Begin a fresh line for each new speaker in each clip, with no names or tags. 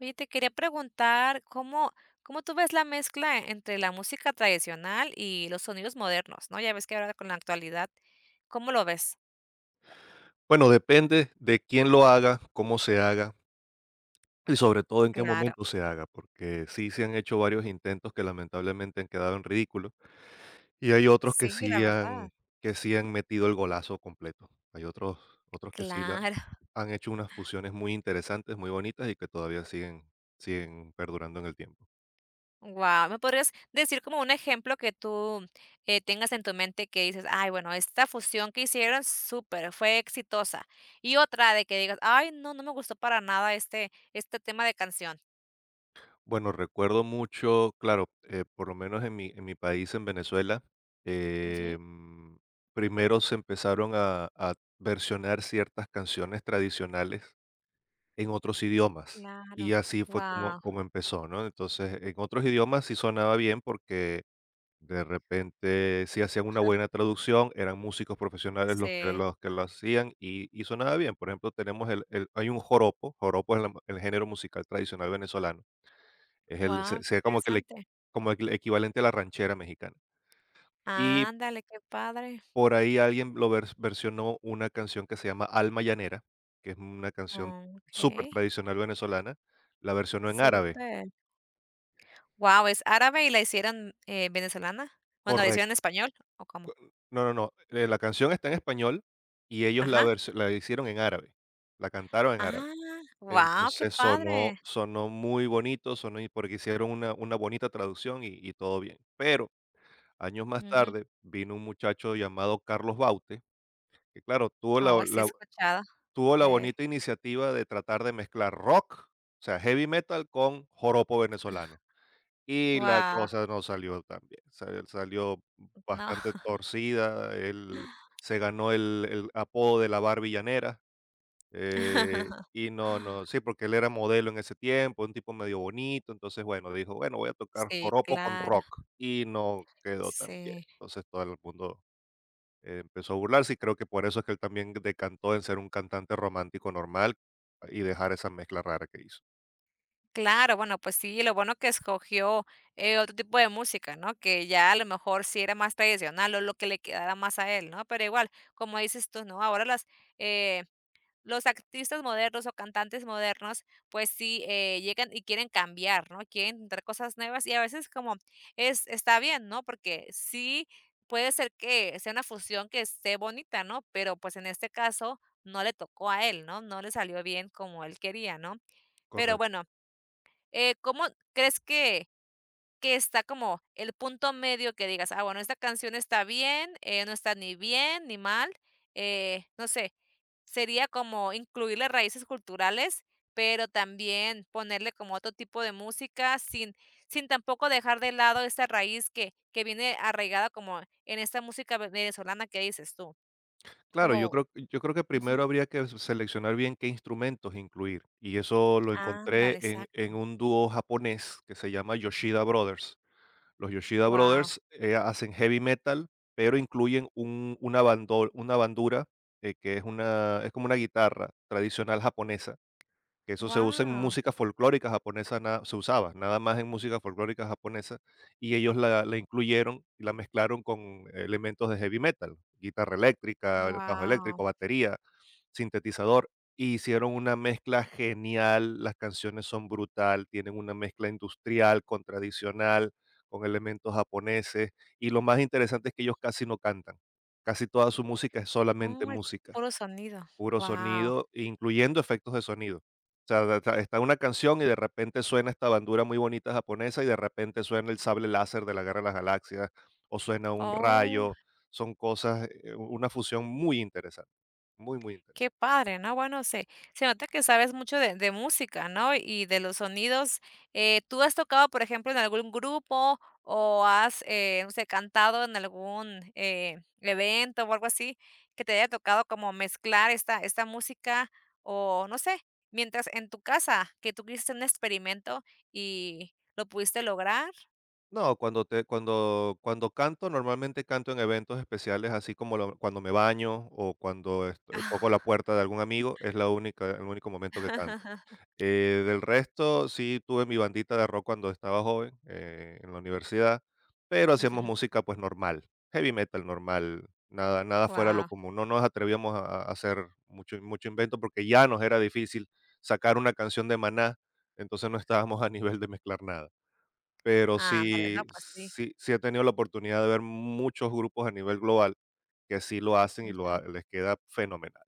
Oye, te quería preguntar, ¿cómo, cómo tú ves la mezcla entre la música tradicional y los sonidos modernos, ¿no? Ya ves que ahora con la actualidad, ¿cómo lo ves?
Bueno, depende de quién lo haga, cómo se haga y sobre todo en qué
Claro,
momento se haga, porque sí se han hecho varios intentos que lamentablemente han quedado en ridículo y hay otros
sí, la verdad.
que sí han metido el golazo completo. Hay otros que sí la
Claro,
han hecho unas fusiones muy interesantes, muy bonitas y que todavía siguen perdurando en el tiempo.
wow. ¿Me podrías decir como un ejemplo que tú tengas en tu mente que dices, ay, bueno, esta fusión que hicieron, súper, fue exitosa? Y otra de que digas, ay, no, no me gustó para nada este tema de canción.
Bueno, recuerdo mucho, claro, por lo menos en mi país, en Venezuela,
Ujú,
eh, mm, primero se empezaron a versionar ciertas canciones tradicionales en otros idiomas.
claro,
Y así fue como,
wow,
como empezó, ¿no? Entonces, en otros idiomas sí sonaba bien porque de repente sí hacían una buena traducción, eran músicos profesionales
sí,
los que lo hacían y sonaba bien. Por ejemplo, tenemos hay un joropo, joropo es el género musical tradicional venezolano es el
wow,
se
qué
sería como que el equi
interesante.
como el equivalente a la ranchera mexicana. Y
Ándale, qué padre.
por ahí alguien lo vers versionó una canción que se llama Alma Llanera, que es una canción súper
Okey,
tradicional venezolana, la versionó en árabe.
súper. Wow, ¿es árabe y la hicieron, venezolana? Bueno, ¿la hicieron
Correcto.
en español o cómo?
No, no, no, la canción está en español y ellos
Ajá.
la hicieron en árabe, la cantaron en árabe.
Ah, wow, qué
Entonces sonó
padre.
muy bonito, sonó y porque hicieron una bonita traducción y todo bien. Pero años más
Ujú.
tarde vino un muchacho llamado Carlos Baute. Que claro, tuvo la
Oh, sí he
la
escuchado
tuvo la
de él.
bonita iniciativa de tratar de mezclar rock, o sea, heavy metal con joropo venezolano. Y la
Wow,
cosa no salió tan bien, salió
no.
bastante torcida, él se ganó el apodo de la Barbie llanera, y no, no sí, porque él era modelo en ese tiempo, un tipo medio bonito, entonces, bueno, dijo: "Bueno, voy a tocar
Sí,
joropo con
claro,
rock", y no quedó tan bien.
sí.
Entonces, todo el mundo empezó a burlarse y creo que por eso es que él también decantó en ser un cantante romántico normal y dejar esa mezcla rara que hizo.
Claro, bueno, pues sí, lo bueno que escogió, otro tipo de música, ¿no? Que ya a lo mejor sí era más tradicional o lo que le quedara más a él, ¿no? Pero igual, como dices tú, ¿no? Ahora las, eh, los artistas modernos o cantantes modernos, pues sí, llegan y quieren cambiar, ¿no? Quieren intentar cosas nuevas y a veces como es está bien, ¿no? Porque sí puede ser que sea una fusión que esté bonita, ¿no? Pero pues en este caso no le tocó a él, ¿no? No le salió bien como él quería, ¿no? Pero
Correcto.
bueno, ¿cómo crees que está como el punto medio que digas: "Ah, bueno, esta canción está bien, no está ni bien ni mal"? No sé, sería como incluirle raíces culturales, pero también ponerle como otro tipo de música sin tampoco dejar de lado esta raíz que viene arraigada como en esta música ve venezolana que dices tú.
Claro,
Como
yo creo que
ujú,
primero habría que seleccionar bien qué instrumentos incluir. Y eso lo encontré
ándale, exacto.
en un dúo japonés que se llama Yoshida Brothers. Los Yoshida
Wow,
Brothers hacen heavy metal, pero incluyen una bandura, que es, una, es como una guitarra tradicional japonesa que eso se usa en
wow,
música folclórica japonesa, se usaba nada más en música folclórica japonesa, y ellos la incluyeron y la mezclaron con elementos de heavy metal, guitarra eléctrica, bajo
wow.
eléctrico, batería, sintetizador, y hicieron una mezcla genial, las canciones son brutal, tienen una mezcla industrial con tradicional, con elementos japoneses, y lo más interesante es que ellos casi no cantan, casi toda su música es solamente
Oh, es
música.
puro sonido.
Puro
Wow.
sonido, incluyendo efectos de sonido. O sea, da ta está una canción y de repente suena esta bandura muy bonita japonesa, y de repente suena el sable láser de la Guerra de las Galaxias, o suena un
Oh,
rayo. Son cosas, una fusión muy interesante, muy, muy
qué
interesante.
padre, ¿no? Bueno, se nota que sabes mucho de música, ¿no? Y de los sonidos. ¿Tú has tocado, por ejemplo, en algún grupo o has, no sé, cantado en algún, evento o algo así que te haya tocado como mezclar esta música o, no sé, mientras en tu casa que tú hiciste un experimento y lo pudiste lograr?
No, cuando te cuando cuando canto, normalmente canto en eventos especiales, así como lo cuando me baño o cuando, este, toco la puerta de algún amigo, es la única el único momento que canto. Del resto, sí tuve mi bandita de rock cuando estaba joven, en la universidad, pero hacíamos
Ujú.
música pues normal, heavy metal normal, nada, nada fuera de lo
Guau.
común. No nos atrevíamos a hacer mucho, mucho invento porque ya nos era difícil sacar una canción de Maná, entonces no estábamos a nivel de mezclar nada. Pero
Ah, ándale, no,
sí,
pues sí.
sí, sí he tenido la oportunidad de ver muchos grupos a nivel global que sí lo hacen y
Ujú.
les queda fenomenal.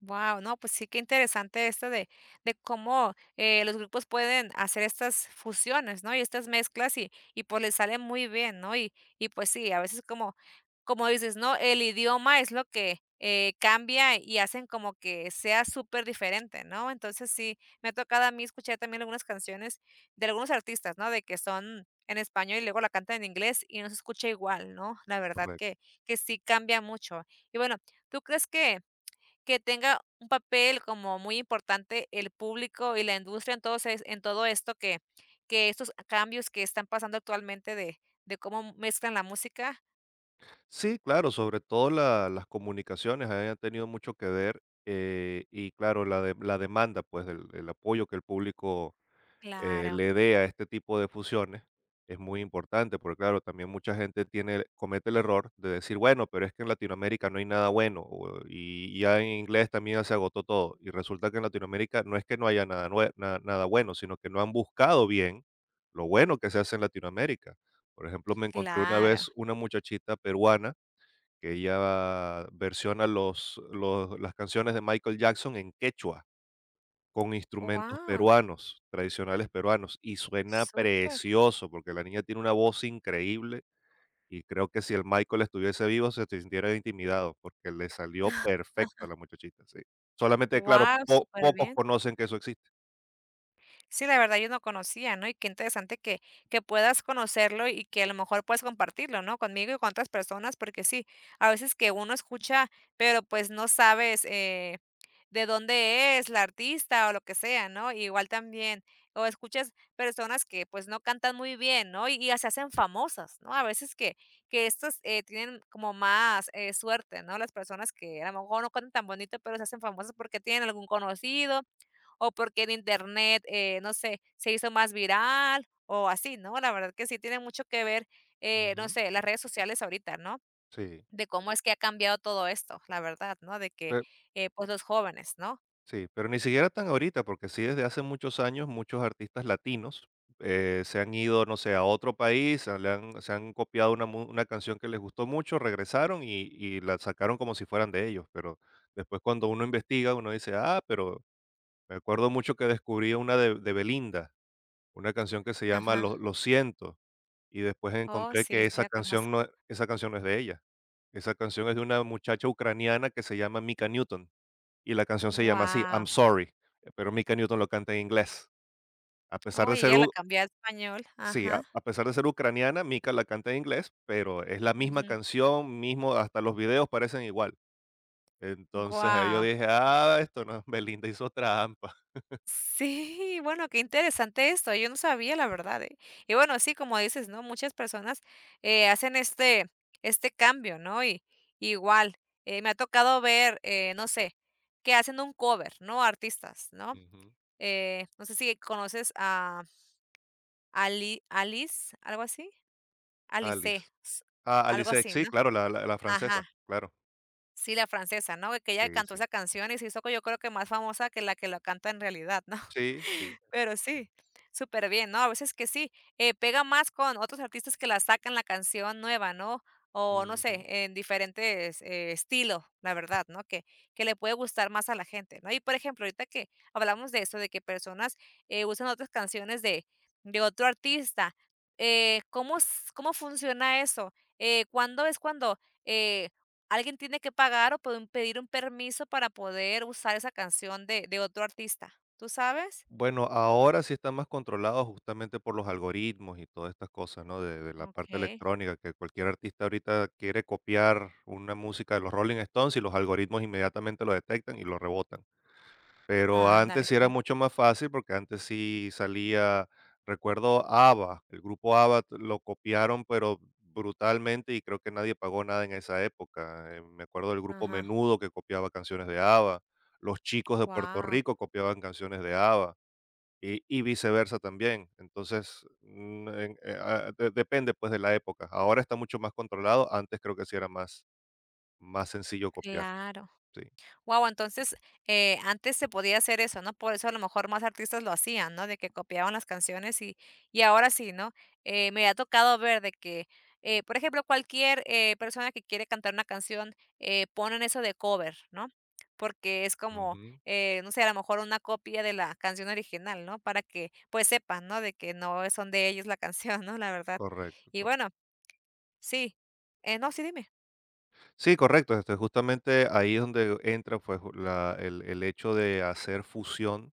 Wow, no, pues sí, qué interesante esto de cómo, los grupos pueden hacer estas fusiones, ¿no? Y estas mezclas y pues, les sale muy bien, ¿no? Y pues sí, a veces como como dices, ¿no? El idioma es lo que, cambia y hacen como que sea súper diferente, ¿no? Entonces sí, me ha tocado a mí escuchar también algunas canciones de algunos artistas, ¿no? De que son en español y luego la cantan en inglés y no se escucha igual, ¿no? La verdad
Correcto.
que sí cambia mucho. Y bueno, ¿tú crees que tenga un papel como muy importante el público y la industria en entonces en todo esto que estos cambios que están pasando actualmente de cómo mezclan la música.
Sí, claro, sobre todo las comunicaciones han tenido mucho que ver y claro, la demanda, pues apoyo que el público
Claro,
le dé a este tipo de fusiones es muy importante, porque claro, también mucha gente tiene, comete el error de decir, bueno, pero es que en Latinoamérica no hay nada bueno y ya en inglés también ya se agotó todo y resulta que en Latinoamérica no es que no haya nada, nada bueno, sino que no han buscado bien lo bueno que se hace en Latinoamérica. Por ejemplo, me encontré una
claro.
vez una muchachita peruana que ella versiona los las canciones de Michael Jackson en quechua, con instrumentos
Guau,
peruanos, tradicionales peruanos, y suena
súper.
precioso, porque la niña tiene una voz increíble, y creo que si el Michael estuviese vivo, se sintiera intimidado, porque le salió perfecto a la muchachita, sí. Solamente, claro,
Guau,
po pocos
bien.
conocen que eso existe.
Sí, la verdad yo no conocía, ¿no? Y qué interesante que puedas conocerlo y que a lo mejor puedas compartirlo, ¿no? Conmigo y con otras personas, porque sí, a veces que uno escucha, pero pues no sabes, de dónde es la artista o lo que sea, ¿no? Igual también, o escuchas personas que pues no cantan muy bien, ¿no? Y se hacen famosas, ¿no? A veces que estos, tienen como más, suerte, ¿no? Las personas que a lo mejor no cantan tan bonito, pero se hacen famosas porque tienen algún conocido o porque en internet, no sé, se hizo más viral o así, ¿no? La verdad que sí tiene mucho que ver, no
Ujú.
sé, las redes sociales ahorita, ¿no?
Sí.
De cómo es que ha cambiado todo esto, la verdad, ¿no? De que, pues los jóvenes, ¿no?
Sí, pero ni siquiera tan ahorita, porque sí desde hace muchos años muchos artistas latinos se han ido, no sé, a otro país, se han copiado una canción que les gustó mucho, regresaron y la sacaron como si fueran de ellos, pero después cuando uno investiga, uno dice, ah, pero me acuerdo mucho que descubrí una de Belinda, una canción que se llama
Ajá.
Lo siento, y después
Oh,
encontré
sí,
que
sí la conozco.
esa canción no es de ella, esa canción es de una muchacha ucraniana que se llama Mika Newton. Y la canción se llama así, I'm
Guau.
Sorry, pero Mika Newton lo canta en inglés. A pesar
Oh,
de
y
ser
ella la
u
cambió a español.
Sí, a
Ajá.
pesar de ser ucraniana, Mika la canta en inglés, pero es la misma
Ujú.
canción, mismo hasta los videos parecen igual. Entonces, ahí yo
Guau.
dije: "Ah, esto no, Belinda hizo trampa".
Sí, bueno, qué interesante esto, yo no sabía, la verdad, ¿eh? Y bueno, sí, como dices, ¿no? Muchas personas, hacen este cambio, ¿no? Y igual, me ha tocado ver, no sé, que hacen un cover, ¿no? Artistas, ¿no?
Ujú.
No sé si conoces a Ali Alice, ¿algo así? Alice,
Alice.
s
Ah,
algo
Alice,
así,
sí,
¿no?
claro, la la francesa,
Ajá,
claro.
sí, la francesa, ¿no? Que ella
Sí,
cantó
sí.
esa canción y se hizo, yo creo que más famosa que la canta en realidad, ¿no?
Sí, sí.
Pero sí, súper bien, ¿no? A veces que sí, pega más con otros artistas que la sacan la canción nueva, ¿no? O no
Ujú.
sé, en diferentes, estilos, la verdad, ¿no? Que le puede gustar más a la gente, ¿no? Y, por ejemplo, ahorita que hablamos de eso, de que personas, usan otras canciones de otro artista, ¿cómo s cómo funciona eso? ¿Cuándo es cuando, eh, alguien tiene que pagar o pueden pedir un permiso para poder usar esa canción de otro artista? ¿Tú sabes?
Bueno, ahora sí están más controlados justamente por los algoritmos y todas estas cosas, ¿no? De la parte
Okey.
electrónica, que cualquier artista ahorita quiere copiar una música de los Rolling Stones y los algoritmos inmediatamente lo detectan y lo rebotan. Pero antes
Ándale,
sí era
sí.
mucho más fácil porque antes sí salía, recuerdo ABBA, el grupo ABBA lo copiaron pero brutalmente y creo que nadie pagó nada en esa época. Me acuerdo del grupo
Ajá.
Menudo que copiaba canciones de ABBA, los chicos de Puerto
Guau,
Rico copiaban canciones de ABBA y viceversa también. Entonces, depende pues de la época. Ahora está mucho más controlado, antes creo que sí era más, sencillo copiar.
claro.
Sí.
Guau, entonces, antes se podía hacer eso, ¿no? Por eso a lo mejor más artistas lo hacían, ¿no? De que copiaban las canciones y ahora sí, ¿no? Me ha tocado ver de que, por ejemplo, cualquier, persona que quiere cantar una canción, ponen eso de cover, ¿no? Porque es como,
Ujú.
no sé, a lo mejor una copia de la canción original, ¿no? Para que, pues, sepan, ¿no? De que no son de ellos la canción, ¿no? La verdad. Y
Correcto.
bueno, sí, no, sí, dime.
Sí, correcto. Esto es justamente ahí es donde entra pues, el hecho de hacer fusión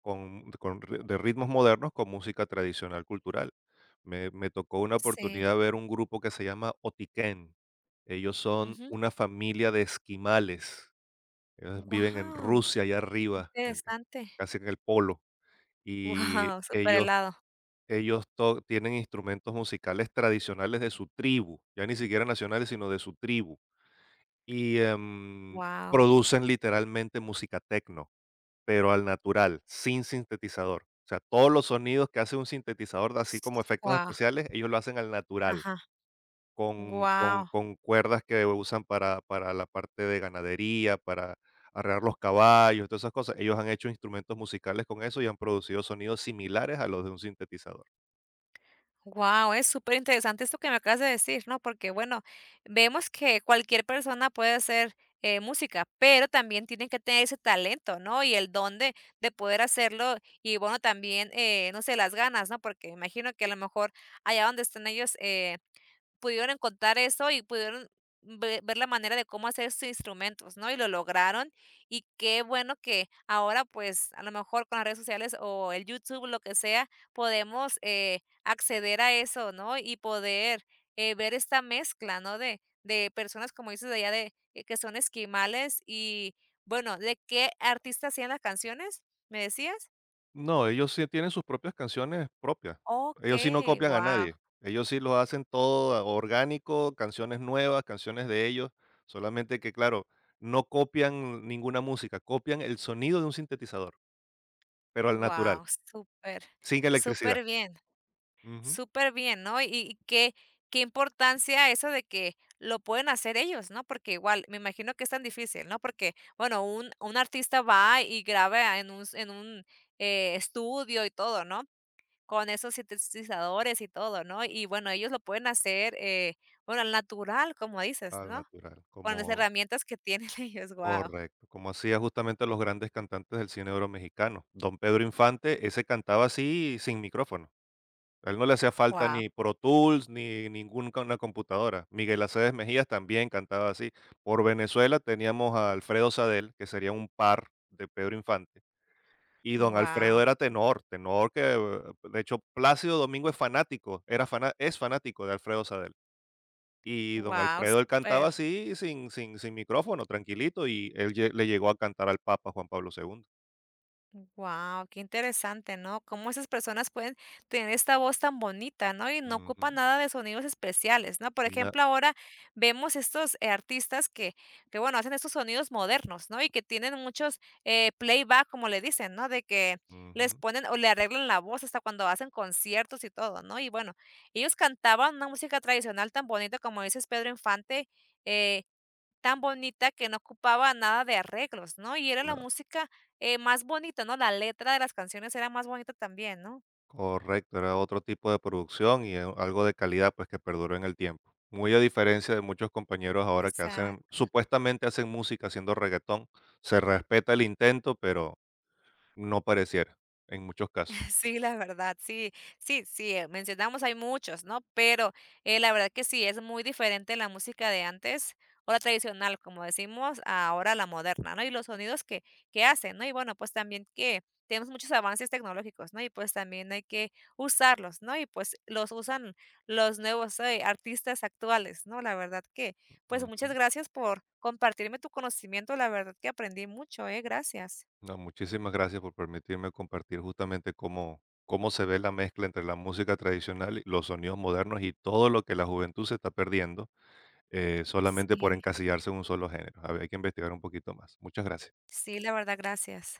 con, de ritmos modernos con música tradicional cultural. Me tocó una
Sí,
oportunidad ver un grupo que se llama Otiken. Ellos son una familia de esquimales. Ellos viven en
wow,
Rusia, allá arriba,
interesante.
casi en el polo. Y
Wow, guau,
ellos,
helado.
ellos tienen instrumentos musicales tradicionales de su tribu, ya ni siquiera nacionales, sino de su tribu y,
Wow.
producen literalmente música techno, pero al natural, sin sintetizador. O sea, todos los sonidos que hace un sintetizador, así como efectos
Wow,
especiales, ellos lo hacen al natural,
ajá.
con con
Wow.
con cuerdas que usan para la parte de ganadería, para arrear los caballos, todas esas cosas. Ellos han hecho instrumentos musicales con eso y han producido sonidos similares a los de un sintetizador.
Wow, es súper interesante esto que me acabas de decir, ¿no? Porque, bueno, vemos que cualquier persona puede hacer, música, pero también tienen que tener ese talento, ¿no? Y el don de poder hacerlo y, bueno, también, no sé, las ganas, ¿no? Porque imagino que a lo mejor allá donde están ellos, pudieron encontrar eso y pudieron ve ver la manera de cómo hacer sus instrumentos, ¿no? Y lo lograron, y qué bueno que ahora, pues, a lo mejor con las redes sociales o el YouTube, lo que sea, podemos, acceder a eso, ¿no? Y poder, ver esta mezcla, ¿no? De personas, como dices, de allá de que son esquimales y, bueno, ¿de qué artista hacían las canciones, me decías?
No, ellos sí tienen sus propias canciones propias. Ellos sí no
Okey,
copian a
wow,
nadie. Ellos sí lo hacen todo orgánico, canciones nuevas, canciones de ellos. Solamente que, claro, no copian ninguna música, copian el sonido de un sintetizador, pero al natural,
wow, súper,
sin electricidad.
súper bien.
Ujú.
Súper bien, ¿no? Y qué importancia eso de que lo pueden hacer ellos, ¿no? Porque igual, me imagino que es tan difícil, ¿no? Porque, bueno, un artista va y graba en un estudio y todo, ¿no? Con esos sintetizadores y todo, ¿no? Y bueno, ellos lo pueden hacer, bueno, al natural, como dices,
Al
¿no?
natural,
Con las
como
herramientas que tienen ellos. Wow,
correcto, como hacía justamente los grandes cantantes del cine oro mexicano. Don Pedro Infante, ese cantaba así sin micrófono. A él no le hacía falta
wow,
ni Pro Tools, ni ninguna computadora. Miguel Aceves Mejías también cantaba así. Por Venezuela teníamos a Alfredo Sadel, que sería un par de Pedro Infante, y don Alfredo
wow,
era tenor, tenor que, de hecho, Plácido Domingo es fanático, era fana es fanático de Alfredo Sadel. Y don
wow,
Alfredo, él cantaba
súper.
así, sin sin micrófono, tranquilito, y él lle le llegó a cantar al Papa Juan Pablo II.
Wow, qué interesante, ¿no? Cómo esas personas pueden tener esta voz tan bonita, ¿no? Y no
Ujú.
ocupan nada de sonidos especiales, ¿no? Por
Na
ejemplo, ahora vemos estos artistas que, bueno, hacen estos sonidos modernos, ¿no? Y que tienen muchos playback, como le dicen, ¿no? De que les
Ujú.
ponen o le arreglan la voz hasta cuando hacen conciertos y todo, ¿no? Y bueno, ellos cantaban una música tradicional tan bonita como dices Pedro Infante, eh, tan bonita que no ocupaba nada de arreglos, ¿no? Y era la música, más bonita, ¿no? La letra de las canciones era más bonita también, ¿no?
Correcto, era otro tipo de producción y algo de calidad pues que perduró en el tiempo. Muy a diferencia de muchos compañeros ahora que hacen,
Exacto.
supuestamente hacen música haciendo reggaetón, se respeta el intento, pero no pareciera en muchos casos.
Sí, la verdad, sí, sí, mencionamos hay muchos, ¿no? Pero la verdad que sí, es muy diferente la música de antes o la tradicional, como decimos, a ahora la moderna, ¿no? Y los sonidos que, hacen, ¿no? Y bueno, pues también que tenemos muchos avances tecnológicos, ¿no? Y pues también hay que usarlos, ¿no? Y pues los usan los nuevos artistas actuales, ¿no? La verdad que, pues muchas
Ujú.
gracias por compartirme tu conocimiento, la verdad que aprendí mucho, ¿eh? Gracias.
No, muchísimas gracias por permitirme compartir justamente cómo, cómo se ve la mezcla entre la música tradicional y los sonidos modernos y todo lo que la juventud se está perdiendo solamente por
Sí,
encasillarse en un solo género. A ver, hay que investigar un poquito más. Muchas gracias.
sí, la verdad, gracias.